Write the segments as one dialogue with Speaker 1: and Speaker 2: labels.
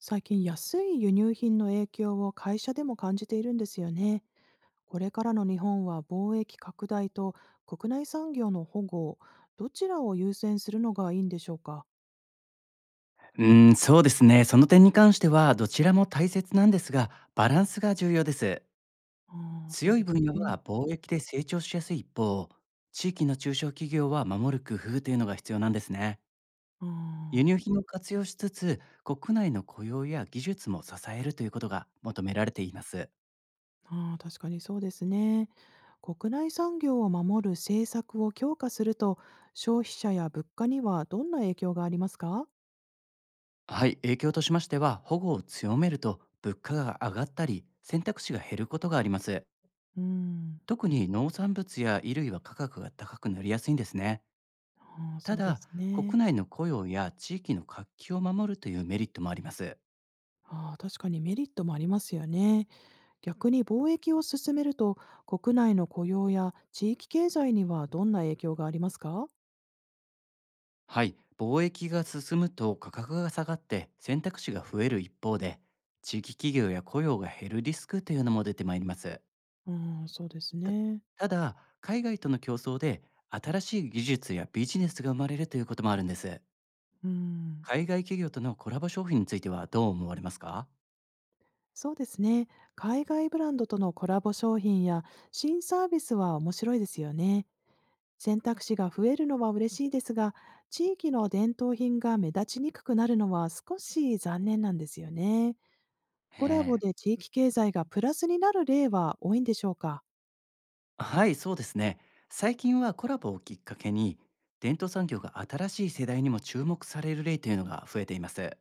Speaker 1: 最近安い輸入品の影響を会社でも感じているんですよね。これからの日本は貿易拡大と国内産業の保護、どちらを優先するのがいいんでしょうか。
Speaker 2: うーん、そうですね。その点に関しては、どちらも大切なんですが、バランスが重要です。
Speaker 1: ああ、そう
Speaker 2: 強い
Speaker 1: です
Speaker 2: 分野
Speaker 1: ね。
Speaker 2: は貿易で成長しやすい一方、地域の中小企業は守る工夫というのが必要なんですね。
Speaker 1: あ
Speaker 2: 輸入
Speaker 1: ー
Speaker 2: 品を活用しつつ、国内の雇用や技術も支えるということが求められています。
Speaker 1: あー、確かにそうですね。国内産業を守る政策を強化すると消費者や物価にはどんな影響がありますか？
Speaker 2: はい、影響としましては、保護を強めると物価が上がったり、選択肢が減ることがあります。
Speaker 1: うん、
Speaker 2: 特に農産物や衣類は価格が高くなりやすいんですね。
Speaker 1: あー
Speaker 2: た
Speaker 1: そうで
Speaker 2: だ、
Speaker 1: す
Speaker 2: 国
Speaker 1: ね。
Speaker 2: 内の雇用や地域の活気を守るというメリットもあります。
Speaker 1: あー確かにメリットもありますよね。逆に貿易を進めると、国内の雇用や地域経済にはどんな影響がありますか？
Speaker 2: はい、貿易が進むと価格が下がって選択肢が増える一方で、地域企業や雇用が減るリスクというのも出てまいります。
Speaker 1: うん、そうです
Speaker 2: た
Speaker 1: ね。
Speaker 2: ただ、海外との競争で新しい技術やビジネスが生まれるということもあるんです。
Speaker 1: うん。
Speaker 2: 海外企業とのコラボ商品についてはどう思われますか？
Speaker 1: そうですね。海外ブランドとのコラボ商品や新サービスは面白いですよね。選択肢が増えるのは嬉しいですが、地域の伝統品が目立ちにくくなるのは少し残念なんですよね。コラ
Speaker 2: え
Speaker 1: ボ
Speaker 2: え、
Speaker 1: で地域経済がプラスになる例は多いんでしょうか？
Speaker 2: はい、そうですね。最近はコラボをきっかけに、伝統産業が新しい世代にも注目される例というのが増えています。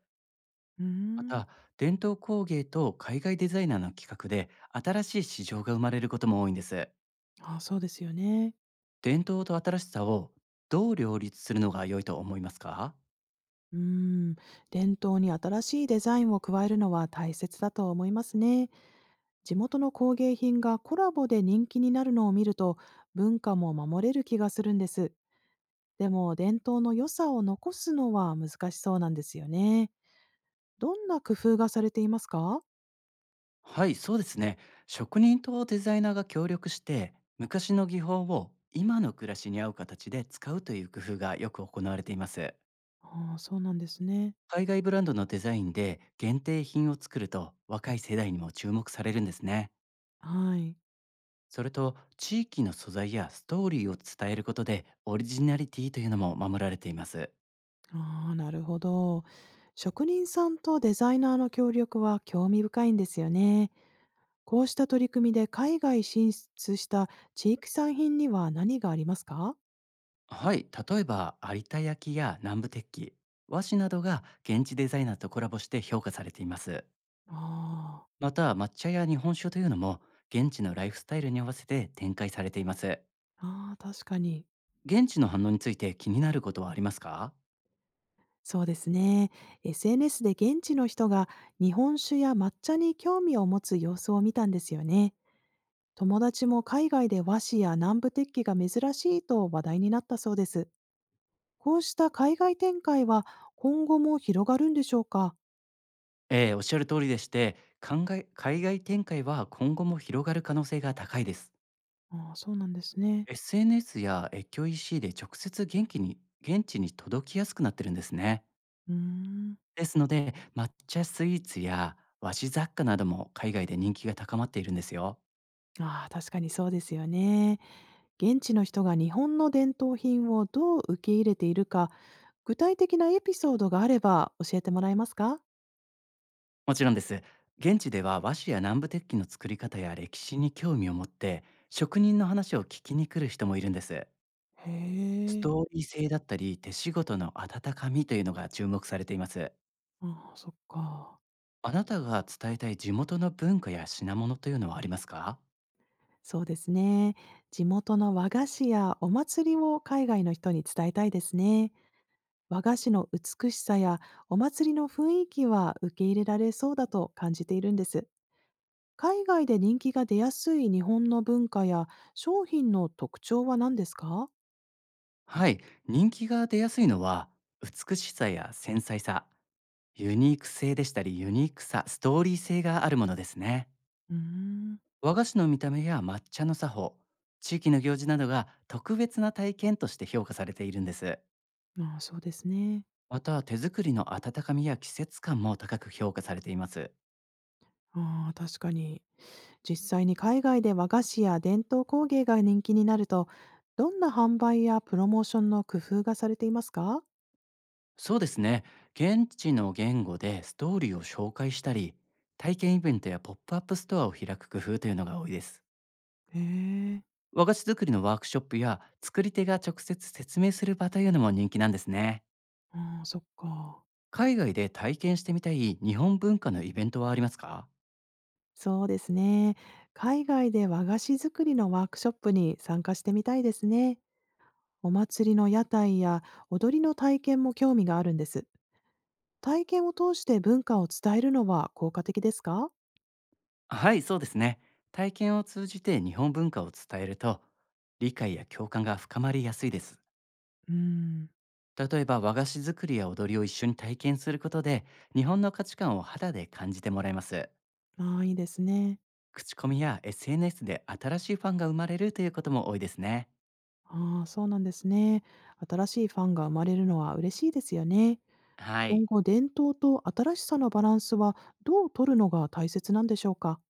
Speaker 1: うー
Speaker 2: ま
Speaker 1: ん。
Speaker 2: た、伝統工芸と海外デザイナーの企画で、新しい市場が生まれることも多いんです。
Speaker 1: あ、そうですよね。
Speaker 2: 伝統と新しさをどう両立するのが良いと思いますか？
Speaker 1: うーん、伝統に新しいデザインを加えるのは大切だと思いますね。地元の工芸品がコラボで人気になるのを見ると、文化も守れる気がするんです。でも、伝統の良さを残すのは難しそうなんですよね。どんな工夫がされていますか？
Speaker 2: はい、そうですね。職人とデザイナーが協力して、昔の技法を今の暮らしに合う形で使うという工夫がよく行われています。
Speaker 1: ああ、そうなんですね。
Speaker 2: 海外ブランドのデザインで限定品を作ると若い世代にも注目されるんですね。
Speaker 1: はい。
Speaker 2: それと地域の素材やストーリーを伝えることでオリジナリティというのも守られています。
Speaker 1: ああ、なるほど。職人さんとデザイナーの協力は興味深いんですよね。こうした取り組みで海外進出した地域産品には何がありますか？
Speaker 2: はい、例えば有田焼や南部鉄器、和紙などが現地デザイナーとコラボして評価されています。
Speaker 1: ああ、
Speaker 2: また抹茶や日本酒というのも現地のライフスタイルに合わせて展開されています。
Speaker 1: ああ、確かに。
Speaker 2: 現地の反応について気になることはありますか？
Speaker 1: そうですね。SNS で現地の人が日本酒や抹茶に興味を持つ様子を見たんですよね。友達も海外で和紙や南部鉄器が珍しいと話題になったそうです。こうした海外展開は今後も広がるんでしょうか？
Speaker 2: おっしゃる通りでして、海外展開は今後も広がる可能性が高いです。
Speaker 1: ああー、そうなんですね。
Speaker 2: SNS や越境 EC で直接現地に現地に届きやすくなってるんですね。
Speaker 1: うーん。
Speaker 2: ですので、抹茶スイーツや和紙雑貨なども海外で人気が高まっているんですよ。
Speaker 1: ああ、確かにそうですよね。現地の人が日本の伝統品をどう受け入れているか、具体的なエピソードがあれば教えてもらえますか？
Speaker 2: もちろんです。現地では和紙や南部鉄器の作り方や歴史に興味を持って、職人の話を聞きに来る人もいるんです。
Speaker 1: へ
Speaker 2: ス
Speaker 1: え、
Speaker 2: トーリー性だったり手仕事の温かみというのが注目されています。
Speaker 1: ああ、そっか。
Speaker 2: あなたが伝えたい地元の文化や品物というのはありますか？
Speaker 1: そうですね。地元の和菓子やお祭りを海外の人に伝えたいですね。和菓子の美しさやお祭りの雰囲気は受け入れられそうだと感じているんです。海外で人気が出やすい日本の文化や商品の特徴は何ですか？
Speaker 2: はい、人気が出やすいのは美しさや繊細さ、ユニーク性でしたりユニークさ、ストーリー性があるものですね。
Speaker 1: うーん、
Speaker 2: 和菓子の見た目や抹茶の作法、地域の行事などが特別な体験として評価されているんです。
Speaker 1: ああ、そうですね。
Speaker 2: また手作りの温かみや季節感も高く評価されています。
Speaker 1: ああ、確かに。実際に海外で和菓子や伝統工芸が人気になると、どんな販売やプロモーションの工夫がされていますか？
Speaker 2: そうですね。現地の言語でストーリーを紹介したり、体験イベントやポップアップストアを開く工夫というのが多いです。
Speaker 1: へえ。
Speaker 2: 和菓子作りのワークショップや作り手が直接説明する場というのも人気なんですね。
Speaker 1: ああ、そっか。
Speaker 2: 海外で体験してみたい日本文化のイベントはありますか？
Speaker 1: そうですね。海外で和菓子作りのワークショップに参加してみたいですね。お祭りの屋台や踊りの体験も興味があるんです。体験を通して文化を伝えるのは効果的ですか？
Speaker 2: はい、そうですね。体験を通じて日本文化を伝えると、理解や共感が深まりやすいです。
Speaker 1: うん。
Speaker 2: 例えば和菓子作りや踊りを一緒に体験することで、日本の価値観を肌で感じてもらえます。
Speaker 1: ああ、いいですね。
Speaker 2: 口コミや SNS で新しいファンが生まれるということも多いですね。
Speaker 1: ああ、そうなんですね。新しいファンが生まれるのは嬉しいですよね。
Speaker 2: は
Speaker 1: 今
Speaker 2: い。
Speaker 1: 後、伝統と新しさのバランスはどう取るのが大切なんでしょうか。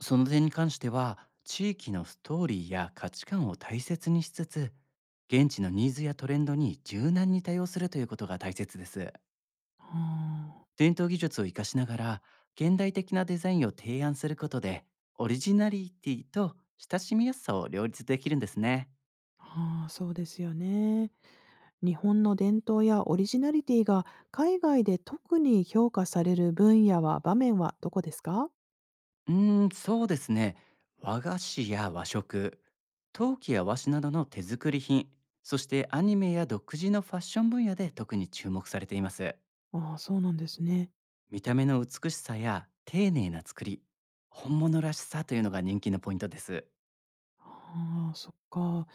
Speaker 2: その点に関しては、地域のストーリーや価値観を大切にしつつ、現地のニーズやトレンドに柔軟に対応するということが大切です。
Speaker 1: あ
Speaker 2: 伝統技術を活かしながら、現代的なデザインを提案することで、オリジナリティと親しみやすさを両立できるんですね。
Speaker 1: あ、ああそうですよね。日本の伝統やオリジナリティが海外で特に評価される分野は場面はどこですか？
Speaker 2: うーん、そうですね。和菓子や和食、陶器や和紙などの手作り品、そしてアニメや独自のファッション分野で特に注目されています。
Speaker 1: ああ、そうなんですね。
Speaker 2: 見た目の美しさや丁寧な作り、本物らしさというのが人気のポイントです。
Speaker 1: ああ、そっか。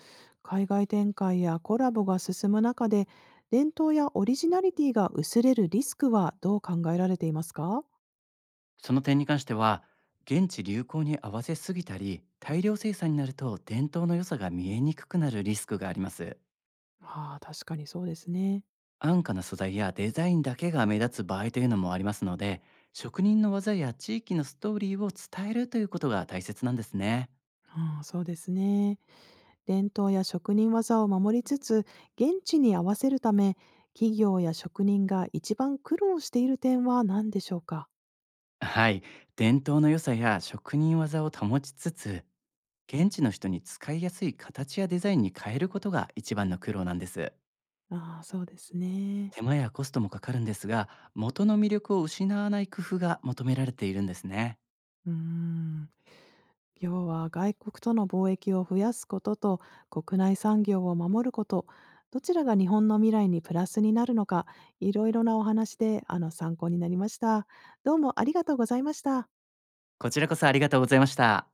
Speaker 1: 海外展開やコラボが進む中で、伝統やオリジナリティが薄れるリスクはどう考えられていますか？
Speaker 2: その点に関しては、現地流行に合わせすぎたり、大量生産になると伝統の良さが見えにくくなるリスクがあります。
Speaker 1: ああ、確かにそうですね。
Speaker 2: 安価な素材やデザインだけが目立つ場合というのもありますので、職人の技や地域のストーリーを伝えるということが大切なんですね。
Speaker 1: ああ、そうですね。伝統や職人技を守りつつ、現地に合わせるため、企業や職人が一番苦労している点は何でしょうか？
Speaker 2: はい、伝統の良さや職人技を保ちつつ、現地の人に使いやすい形やデザインに変えることが一番の苦労なんです。
Speaker 1: ああ、そうですね。
Speaker 2: 手間やコストもかかるんですが、元の魅力を失わない工夫が求められているんですね。
Speaker 1: うーん。要は外国との貿易を増やすことと国内産業を守ること、どちらが日本の未来にプラスになるのか、いろいろなお話で参考になりました。どうもありがとうございました。
Speaker 2: こちらこそありがとうございました。